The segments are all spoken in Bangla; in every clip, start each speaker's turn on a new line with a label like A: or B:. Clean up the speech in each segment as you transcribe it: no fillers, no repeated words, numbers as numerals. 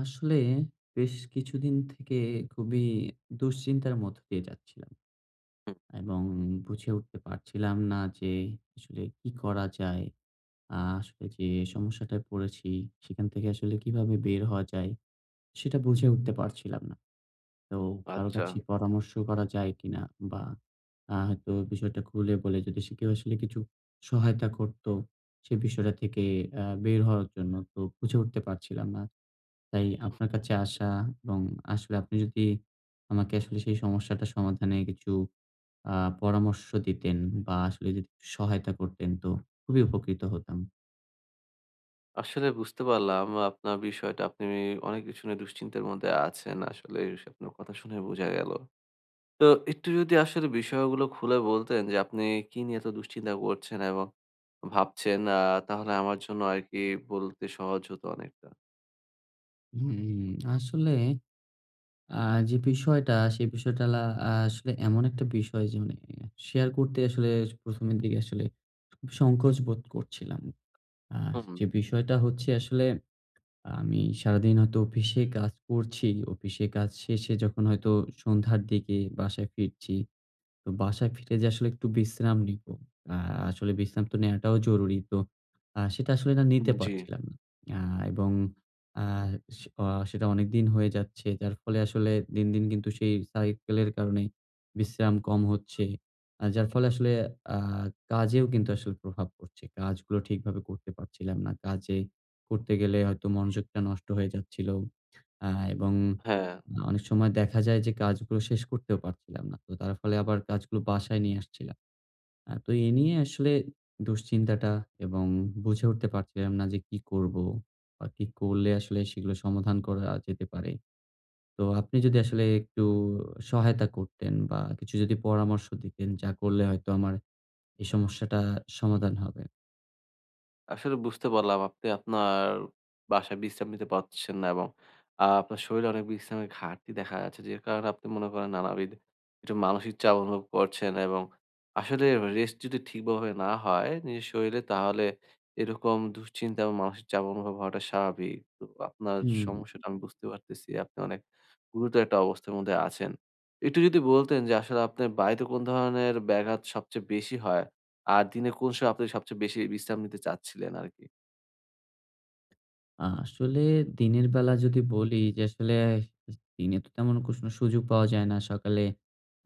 A: আসলে বেশ কিছুদিন থেকে খুবই দুশ্চিন্তার মধ্য দিয়ে যাচ্ছিলাম
B: হুম,
A: এবং বুঝে উঠতে পারছিলাম না যে আসলে কি করা যায়। আসলে যে সমস্যাটায় পড়েছি সেখান থেকে আসলে কিভাবে বের হওয়া যায় সেটা বুঝে উঠতে পারছিলাম না। তো কারো
B: আচ্ছা।
A: কাছে পরামর্শ করা যায় কিনা বা হয়তো বিষয়টা খুলে বলে যদি সে কেউ আসলে কিছু সহায়তা করতো সে বিষয়টা থেকে বের হওয়ার জন্য তো বুঝে উঠতে পারছিলাম না। তাই আপনার কাছে আসা এবং আসলে আপনি যদি আমাকে আসলে সেই সমস্যাটা সমাধানে কিছু আ পরামর্শ দিতেন বা আসলে যদি একটু সহায়তা করতেন তো খুবই উপকৃত হতাম।
B: আসলে বুঝতে পারলাম আপনার বিষয়টা। আপনি অনেক কিছু নিয়ে দুশ্চিন্তার মধ্যে আছেন। আসলে আপনার কথা শুনে বোঝা গেল। তো একটু যদি আসলে বিষয়গুলো খুলে বলতেন যে আপনি কি নিয়ে এত দুশ্চিন্তা করছেন এবং ভাবছেন তাহলে আমার জন্য আরকি বলতে সহজ হতো অনেকটা।
A: হুম, আসলে আ যে বিষয়টা সেই বিষয়টা আসলে এমন একটা বিষয় যে মানে শেয়ার করতে আসলে প্রথম এর দিকে আসলে খুব সংকোচ বোধ করছিলাম। আ
B: হুম।
A: যে বিষয়টা হচ্ছে আসলে আমি সারাদিন হয়তো অফিসে কাজ করছি। অফিসে কাজ শেষে যখন হয়তো সন্ধ্যার দিকে বাসায় ফিরছি, তো বাসায় ফিরে যে আসলে একটু বিশ্রাম নিবো। আ আসলে বিশ্রাম তো নেয়াটাও জরুরি। তো সেটা আসলে না
B: উম
A: নিতে
B: জি,
A: পারছিলাম না। আ এবং আ সে অ সেটা অনেকদিন হয়ে যাচ্ছে। যার ফলে আসলে দিন, দিন কিন্তু সেই সাইকেলের কারণে বিশ্রাম কম হচ্ছে। যার ফলে আসলে আ কাজেও কিন্তু আসলে প্রভাব পড়ছে। কাজগুলো ঠিকভাবে করতে পারছিলাম না। কাজে করতে গেলে হয়তো মনোযোগটা নষ্ট হয়ে যাচ্ছিল। আ এবং
B: হ্যাঁ।
A: না, অনেক সময় দেখা যায় যে কাজগুলো শেষ করতেও পারছিলাম না। তো তার ফলে আবার কাজগুলো বাসায় নিয়ে আসছিলাম। তো এ নিয়ে আসলে দুশ্চিন্তাটা, এবং বুঝে উঠতে পারছিলাম না যে কি করব বা কি করলে আসলে সেগুলো সমাধান করা যেতে পারে। তো আপনি যদি আসলে একটু সহায়তা করতেন বা কিছু যদি পরামর্শ দিতেন যা করলে হয়তো আমার এই সমস্যাটা সমাধান হবে।
B: আসলে বুঝতে পারলাম আপনি আপনার বাসায় বিশ্রাম নিতে পারছেন না এবং আপনার শরীরে অনেক বিশ্রামের ঘাটতি দেখা যাচ্ছে। যে কারণে আপনি মনে করেন নানাবিধ একটু মানসিক চাপ অনুভব করছেন এবং আসলে রেস্ট যদি ঠিকভাবে না হয় নিজের শরীরে তাহলে এরকম দুশ্চিন্তা এবং মানসিক চাপ অনুভব হওয়াটা স্বাভাবিক। তো আপনার
A: হুম।
B: সমস্যাটা আমি বুঝতে পারতেছি। আপনি অনেক গুরুতর একটা অবস্থার মধ্যে আছেন। একটু যদি বলতেন যে আসলে আপনার বাড়িতে কোন ধরনের ব্যাঘাত সবচেয়ে বেশি হয়? আর দিনে কোন সময় আপনি সবচেয়ে বেশি বিশ্রাম নিতে চাচ্ছিলেন আরকি?
A: আসলে দিনের বেলা যদি বলি যে আসলে দিনে তো তেমন কোনো সুযোগ পাওয়া যায় না। সকালে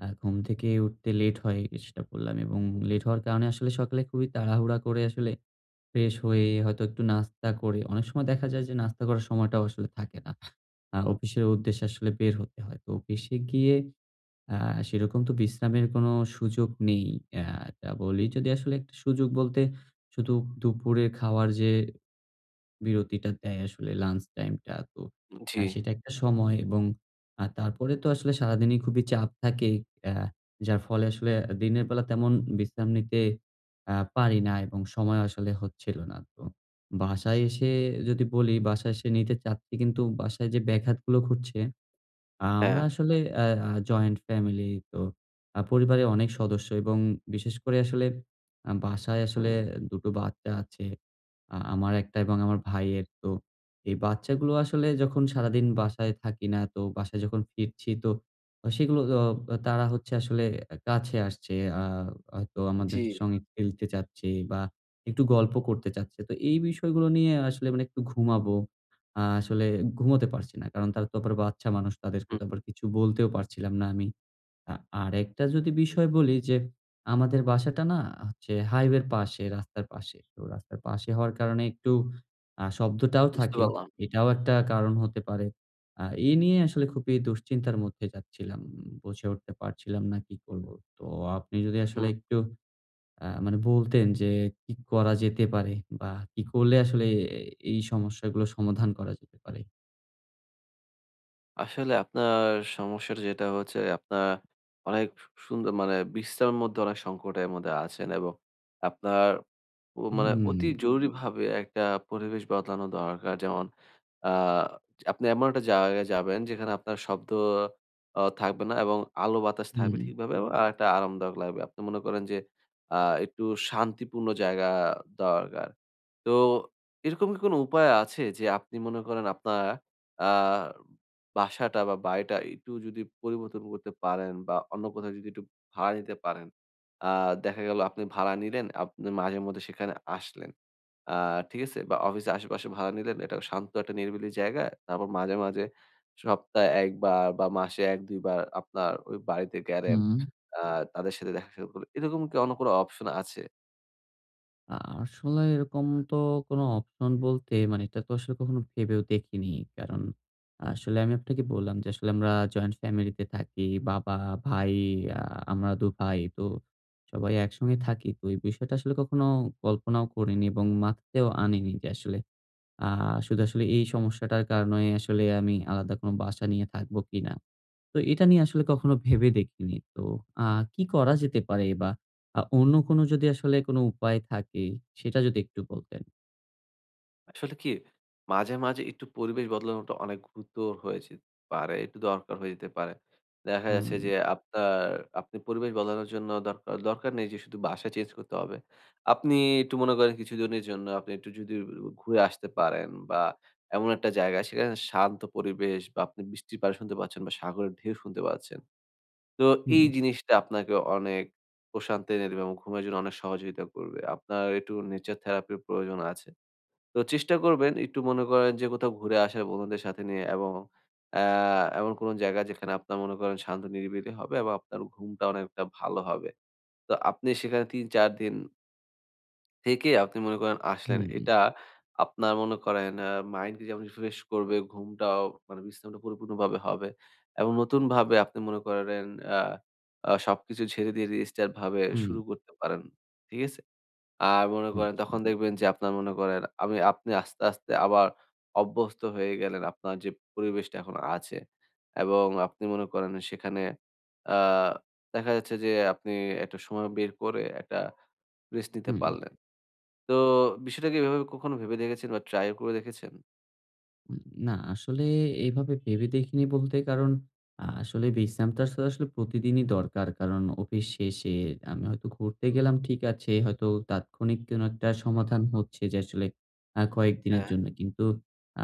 A: ঘুম থেকে উঠতে লেট হয়, সেটা বললাম। এবং লেট হওয়ার কারণে আসলে সকালে খুবই তাড়াহুড়া করে আসলে ফ্রেশ হয়ে হয়তো একটু নাস্তা করে, অনেক সময় দেখা যায় যে নাস্তা করার সময়টাও আসলে থাকে না। অফিসের উদ্দেশ্যে আসলে বের হতে হয়। তো অফিসে গিয়ে আ সেরকম তো বিশ্রামের কোনো সুযোগ নেই। আ তা বলি, যদি আসলে একটা সুযোগ বলতে শুধু দুপুরে খাওয়ার যে বিরতিটা দেয় আসলে লাঞ্চ টাইমটা। তো
B: জি,
A: সেটা একটা সময়। এবং তারপরে তো আসলে সারাদিনই খুবই চাপ থাকে। আ যার ফলে আসলে দিনের বেলা তেমন বিশ্রাম নিতে পারি না এবং সময় আসলে হচ্ছিল না। তো বাসায় এসে যদি বলি, বাসায় এসে নিতে চাচ্ছি, কিন্তু বাসায় যে ব্যাঘাতগুলো ঘটছে। আমরা
B: হ্যাঁ।
A: আসলে আ আ জয়েন্ট ফ্যামিলি। তো পরিবারের অনেক সদস্য। এবং বিশেষ করে আসলে বাসায় আসলে ২ টো বাচ্চা আছে। আমার একটা এবং আমার ভাইয়ের। তো এই বাচ্চাগুলো আসলে যখন সারাদিন বাসায় থাকি না, তো বাসায় যখন ফিরছি তো সেগুলো অ তারা হচ্ছে আসলে কাছে আসছে। আ হয়তো আমাদের
B: জি,
A: সঙ্গে খেলতে চাচ্ছে বা একটু গল্প করতে চাচ্ছে। তো এই বিষয়গুলো নিয়ে আসলে মানে একটু ঘুমাবো। আসলে ঘুমোতে পারছি না। কারণ তারা তো আবার বাচ্চা মানুষ, তাদেরকে তো
B: হুম,
A: আবার কিছু বলতেও পারছিলাম না আমি। আ আরেকটা যদি বিষয় বলি যে, আমাদের বাসাটা না হচ্ছে হাইওয়ের পাশে, রাস্তার পাশে। তো রাস্তার পাশে হওয়ার কারণে একটু শব্দটাও
B: বুঝতে
A: থাকে।
B: পারলাম।
A: এটাও একটা কারণ হতে পারে। এ নিয়ে আসলে খুবই দুশ্চিন্তার মধ্যে যাচ্ছিলাম। বুঝে উঠতে পারছিলাম না কি করব। তো আপনি যদি আসলে
B: হুম,
A: একটু মানে বলতেন যে কি করা যেতে পারে বা কি করলে আসলে এ এই সমস্যাগুলো সমাধান করা যেতে পারে?
B: আসলে আপনার সমস্যাটা যেটা হচ্ছে আপনার অনেক সুন্দর মানে বিশ্রামের মধ্যে অনেক সংকটের মধ্যে আছেন এবং আপনার ও মানে
A: হুম,
B: অতি জরুরি ভাবে একটা পরিবেশ বদলানো দরকার। যেমন আ আপনি এমন একটা জায়গায় যাবেন যেখানে আপনার শব্দ থাকবে না এবং আলো বাতাস থাকবে
A: হুম,
B: ঠিকভাবে এবং আরেকটা আরামদায়ক লাগবে। আপনি মনে করেন যে আ একটু শান্তিপূর্ণ জায়গা দরকার। তো এরকম কি কোনো উপায় আছে যে আপনি মনে করেন আপনার আ বাসাটা বা বাড়িটা একটু যদি পরিবর্তন করতে পারেন বা অন্য কোথাও যদি একটু ভাড়া নিতে পারেন। আ দেখা গেল আপনি ভাড়া নিলেন, আপনি মাঝেমধ্যে সেখানে আসলেন। আ ঠিক আছে? বা অফিসের আশেপাশে ভাড়া নিলেন। এটা শান্ত একটা নিরিবিলি জায়গায়। তারপর মাঝে, মাঝে সপ্তাহে ১ বার বা মাসে ১-২ বার আপনার ওই বাড়িতে গেলেন।
A: হুম।
B: আ তাদের সাথে দেখা সাক্ষাৎ করলেন। এরকম কি অন্য কোনো অপশন আছে?
A: আ আসলে এরকম তো কোনো অপশন বলতে মানে এটা তো আসলে কখনো ভেবেও দেখিনি। কারণ আসলে আমি আপনাকে বললাম যে আসলে আমরা জয়েন্ট ফ্যামিলিতে থাকি। বাবা, ভাই, আ আমরা ২ ভাই। তো সবাই একসঙ্গে থাকি। তো এই বিষয়টা আসলে কখনো কল্পনাও করিনি এবং মাথাতেও আনিনি যে আসলে আ শুধু আসলে এই সমস্যাটার কারণে আসলে আমি আলাদা কোনো বাসা নিয়ে থাকবো কিনা। তো এটা নিয়ে আসলে কখনো ভেবে দেখিনি। তো আ কি করা যেতে পারে, বা অন্য কোনো যদি আসলে কোনো উপায় থাকে সেটা যদি একটু বলতেন।
B: আসলে কি মাঝে, মাঝে একটু পরিবেশ বদলানোটা অনেক গুরুতর হয়ে যেতে পারে। একটু দরকার হয়ে যেতে পারে। দেখা যাচ্ছে
A: হুম,
B: যে আপনি পরিবেশ বদলানোর জন্য দরকার দরকার নেই যে শুধু বাসা চেঞ্জ করতে হবে। আপনি একটু মনে করেন কিছুদিনের জন্য আপনি একটু যদি ঘুরে আসতে পারেন বা এমন একটা জায়গা সেখানে শান্ত পরিবেশ বা আপনি বৃষ্টির পানি শুনতে পাচ্ছেন বা সাগরের ঢেউ শুনতে পাচ্ছেন। তো
A: হুম,
B: এই জিনিসটা আপনাকে অনেক প্রশান্তি এনে দেবে এবং ঘুমের জন্য অনেক সহযোগিতা করবে। আপনার একটু নেচার থেরাপির প্রয়োজন আছে। তো চেষ্টা করবেন একটু মনে করেন যে কোথাও ঘুরে আসার বন্ধুদের সাথে নিয়ে এবং অ্যা এমন কোনো জায়গা যেখানে আপনার মনে করেন শান্ত নিরিবিলি হবে এবং আপনার ঘুমটা অনেকটা ভালো হবে। তো আপনি সেখানে ৩-৪ দিন থেকে আপনি মনে করেন
A: হুম,
B: আসলেন। এটা আপনার মনে করেন মাইন্ডকে যেমন রিফ্রেশ করবে, ঘুমটাও মানে বিশ্রামটা পরিপূর্ণভাবে হবে এবং নতুনভাবে আপনি মনে করেন আ আ সবকিছু ছেড়ে দিয়ে রিস্টার্ট ভাবে
A: হুম,
B: শুরু করতে পারেন। ঠিক আছে? আর মনে
A: হুম,
B: করেন তখন দেখবেন যে আপনার মনে করেন আপনি আস্তে, আস্তে আবার অভ্যস্ত হয়ে গেলেন আপনার যে পরিবেশটা এখন আছে এবং আপনি মনে করেন সেখানে আ দেখা যাচ্ছে যে আপনি একটা সময় বের করে একটা রেস্ট নিতে
A: হুম।
B: পারলেন। তো বিষয়টা কি এভাবে কখনো ভেবে দেখেছেন বা ট্রাই ও করে দেখেছেন?
A: উম না, আসলে এভাবে ভেবে দেখিনি বলতে। কারণ আসলে বিশ্রামটা আসলে আসলে প্রতিদিনই দরকার। কারণ অফিস শেষে আমি হয়তো ঘুরতে গেলাম, ঠিক আছে, হয়তো তাৎক্ষণিক কোনো একটা সমাধান হচ্ছে যে আসলে কয়েকদিনের
B: হ্যাঁ।
A: জন্য। কিন্তু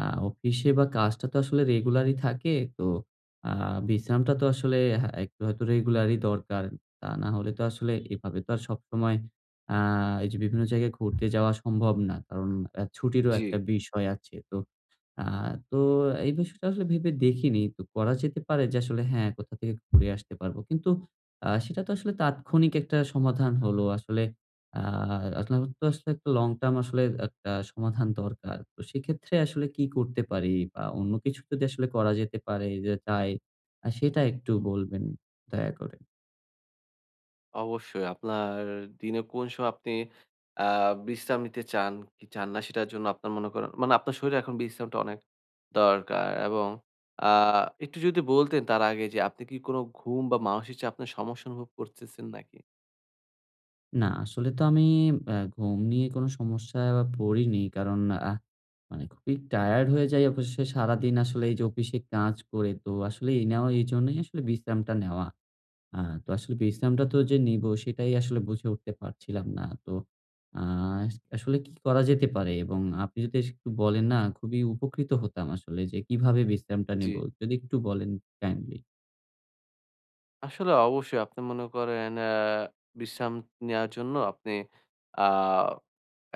A: আ অফিসে বা কাজটা তো আসলে রেগুলারই থাকে। তো আ বিশ্রামটা তো আসলে হ্যাঁ, একটু হয়তো রেগুলারই দরকার। তা না হলে তো আসলে এভাবে তো আর সবসময় আ এই যে বিভিন্ন জায়গায় ঘুরতে যাওয়া সম্ভব না। কারণ ছুটিরও
B: জি,
A: একটা বিষয় আছে। তো আ তো এই বিষয়টা আসলে ভেবে দেখিনি। তো করা যেতে পারে যে আসলে হ্যাঁ, কোথা থেকে ঘুরে আসতে পারবো। কিন্তু সেটা তো আসলে তাৎক্ষণিক একটা সমাধান হলো। আসলে আ আপনার তো আসলে একটা লং টার্ম আসলে একটা সমাধান দরকার। তো সেক্ষেত্রে আসলে কি করতে পারি বা অন্য কিছু যদি আসলে করা যেতে পারে যে চাই, সেটা একটু বলবেন দয়া করে।
B: অবশ্যই। আপনার দিনে কোন সময় আপনি আ বিশ্রাম নিতে চান কি চান না সেটার জন্য আপনার মনে করেন মানে আপনার শরীরে এখন বিশ্রামটা অনেক দরকার এবং আ একটু যদি বলতেন তার আগে যে আপনি কি কোন ঘুম বা মানসিক চাপ আপনার সমস্যা অনুভব করতেছেন নাকি?
A: না, আসলে তো আমি ঘুম নিয়ে কোনো সমস্যায় পড়িনি। কারণ আহ মানে খুবই টায়ার্ড হয়ে যাই অবশেষে। সারাদিন আসলে এই যে অফিসে কাজ করে তো আসলে এই নেওয়া, এইজন্যই আসলে বিশ্রামটা নেওয়া। আ তো আসলে বিশ্রামটা তো যে নিবো সেটাই আসলে বুঝে উঠতে পারছিলাম না। তো আ আসলে কি করা যেতে পারে? এবং আপনি যদি একটু বলেন না, খুবই উপকৃত হতাম আসলে, যে কিভাবে বিশ্রামটা
B: জি।
A: নিবো? যদি একটু বলেন কাইন্ডলি।
B: আসলে অবশ্যই আপনি মনে করেন বিশ্রাম নেওয়ার জন্য আপনি আ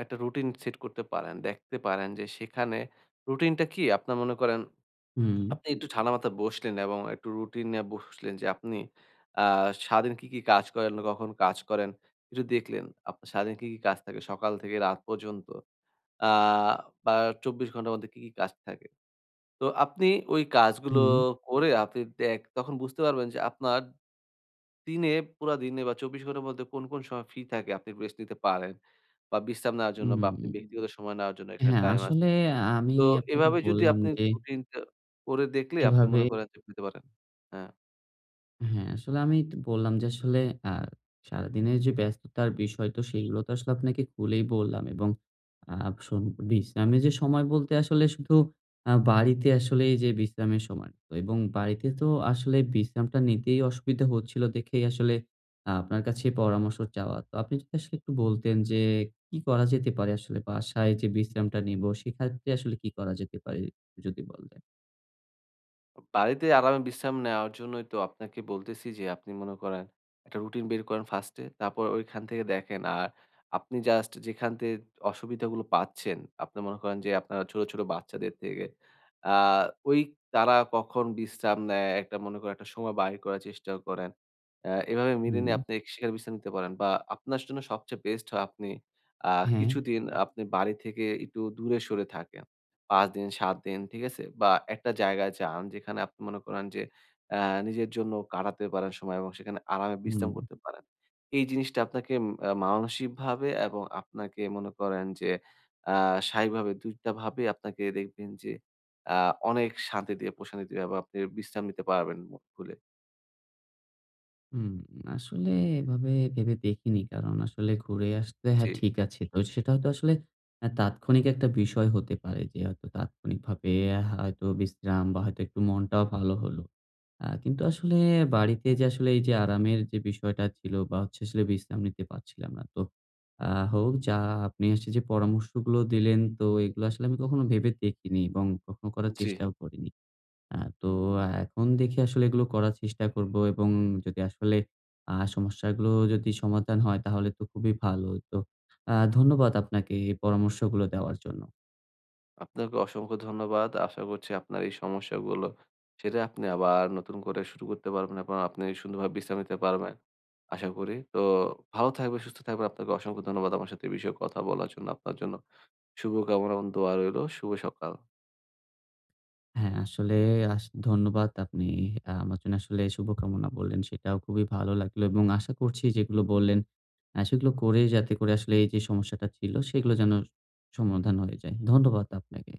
B: একটা রুটিন সেট করতে পারেন। দেখতে পারেন যে সেখানে রুটিনটা কি? আপনার মনে করেন
A: হুম,
B: আপনি একটু ঠান্ডা মাথায় বসলেন এবং একটু রুটিন নিয়ে বসলেন যে আপনি আ সারাদিন কি, কি কাজ করেন, কখন কাজ করেন একটু দেখলেন। আপনার সারাদিন কি, কি কাজ থাকে সকাল থেকে রাত পর্যন্ত। আ বা ২৪ ঘন্টার মধ্যে কি, কি কাজ থাকে। তো আপনি ওই কাজগুলো
A: হুম,
B: করে আপনি দেখ তখন বুঝতে পারবেন যে আপনার দিনে পুরা দিনে বা ২৪ ঘন্টার মধ্যে কোন, কোন সময় ফ্রি থাকে আপনি রেস্ট নিতে পারেন বা বিশ্রাম নেওয়ার জন্য বা আপনি
A: হুম।
B: ব্যক্তিগত সময় নেওয়ার জন্য এখানে
A: হ্যাঁ,
B: টাইম আছে।
A: আসলে আমি
B: তো
A: আপনাকে
B: এভাবে যদি
A: বললাম
B: আপনি
A: যে
B: রুটিনটা করে দেখলে আপনি
A: এভাবে।
B: মনে করেন যে পেতে পারেন। হ্যাঁ।
A: হ্যাঁ, আসলে আমি তো বললাম যে আসলে আ সারাদিনের যে ব্যস্ততার বিষয়, তো সেগুলো তো আসলে আপনাকে খুলেই বললাম। এবং আ শোন, বিশ্রামের যে সময় বলতে আসলে শুধু বাড়িতে আসলে এই যে বিশ্রামের সময়, তো এবং বাড়িতে তো আসলে বিশ্রামটা নিতেই অসুবিধা হচ্ছিল, দেখেই আসলে আপনার কাছে পরামর্শ চাওয়া। তো আপনি যদি আসলে একটু বলতেন যে কি করা যেতে পারে আসলে বাসায় যে বিশ্রামটা নিবো, সেক্ষেত্রে আসলে কি করা যেতে পারে? যদি বলতেন।
B: বাড়িতে আরামে বিশ্রাম নেওয়ার জন্যই তো আপনাকে বলতেছি যে আপনি মনে করেন একটা রুটিন বের করেন ফার্স্টে তারপর ওইখান থেকে দেখেন। আর আপনি জাস্ট যেখান থেকে অসুবিধাগুলো পাচ্ছেন, আপনি মনে করেন যে আপনার ছোট, ছোট বাচ্চাদের থেকে আ ওই তারা কখন বিশ্রাম নেয় একটা মনে করেন একটা সময় বাইর করার চেষ্টা করেন। এভাবে মিলিয়ে
A: হুম,
B: নিয়ে আপনি সেখানে বিশ্রাম নিতে পারেন বা আপনার জন্য সবচেয়ে বেস্ট হয় আপনি আ
A: হ্যাঁ,
B: কিছুদিন আপনি বাড়ি থেকে একটু দূরে সরে থাকেন। ৫ দিন, ৭ দিন, ঠিক আছে? বা একটা জায়গায় যান যেখানে আপনি মনে করেন যে অ্যা নিজের জন্য কাটাতে পারেন সময় এবং সেখানে আরামে
A: হুম।
B: বিশ্রাম করতে পারেন। এই জিনিসটা আপনাকে উম আ মানসিকভাবে এবং আপনাকে মনে করেন যে আ শারীরিকভাবে ২ টা ভাবে আপনাকে দেখবেন যে আ অনেক শান্তি দিয়ে, প্রশান্তি দিয়ে বা আপনি বিশ্রাম নিতে পারবেন মন খুলে।
A: হুম, আসলে এভাবে ভেবে দেখিনি। কারণ আসলে ঘুরে আসতে,
B: জি,
A: হ্যাঁ, ঠিক আছে। তো সেটা হয়তো আসলে তাৎক্ষণিক একটা বিষয় হতে পারে যে হয়তো তাৎক্ষণিকভাবে হয়তো বিশ্রাম বা হয়তো একটু মনটাও ভালো হলো। কিন্তু আসলে বাড়িতে যে আসলে এই যে আরামের যে বিষয়টা ছিল বা হচ্ছে আসলে, বিশ্রাম নিতে পারছিলাম না। তো হোক যা, আপনি আসলে যে পরামর্শগুলো দিলেন তো এগুলো আসলে আমি কখনো ভেবে দেখিনি এবং কখনো করার
B: জি।
A: চেষ্টাও করিনি। তো এখন দেখি আসলে এগুলো করার চেষ্টা করব এবং যদি আসলে সমস্যাগুলো যদি সমাধান হয় তাহলে তো খুবই ভালো। তো ধন্যবাদ আপনাকে এই পরামর্শগুলো দেওয়ার জন্য।
B: আপনাকে অসংখ্য ধন্যবাদ। আশা করছি আপনার এই সমস্যাগুলো সেটা আপনি আবার নতুন করে শুরু করতে পারবেন এবং আপনি সুন্দরভাবে বিশ্রাম নিতে পারবেন, আশা করি। তো ভালো থাকবেন, সুস্থ থাকবেন। আপনাকে অসংখ্য ধন্যবাদ আমার সাথে এই বিষয়ে কথা বলার জন্য। আপনার জন্য শুভকামনা এবং দোয়া রইলো। শুভ সকাল।
A: হ্যাঁ, আসলে ধন্যবাদ। আপনি আমার জন্য আসলে শুভকামনা বললেন, সেটাও খুবই ভালো লাগলো। এবং আশা করছি যেগুলো বললেন সেগুলো করে, যাতে করে আসলে এই যে সমস্যাটা ছিল সেগুলো যেন সমাধান হয়ে যায়। ধন্যবাদ আপনাকে।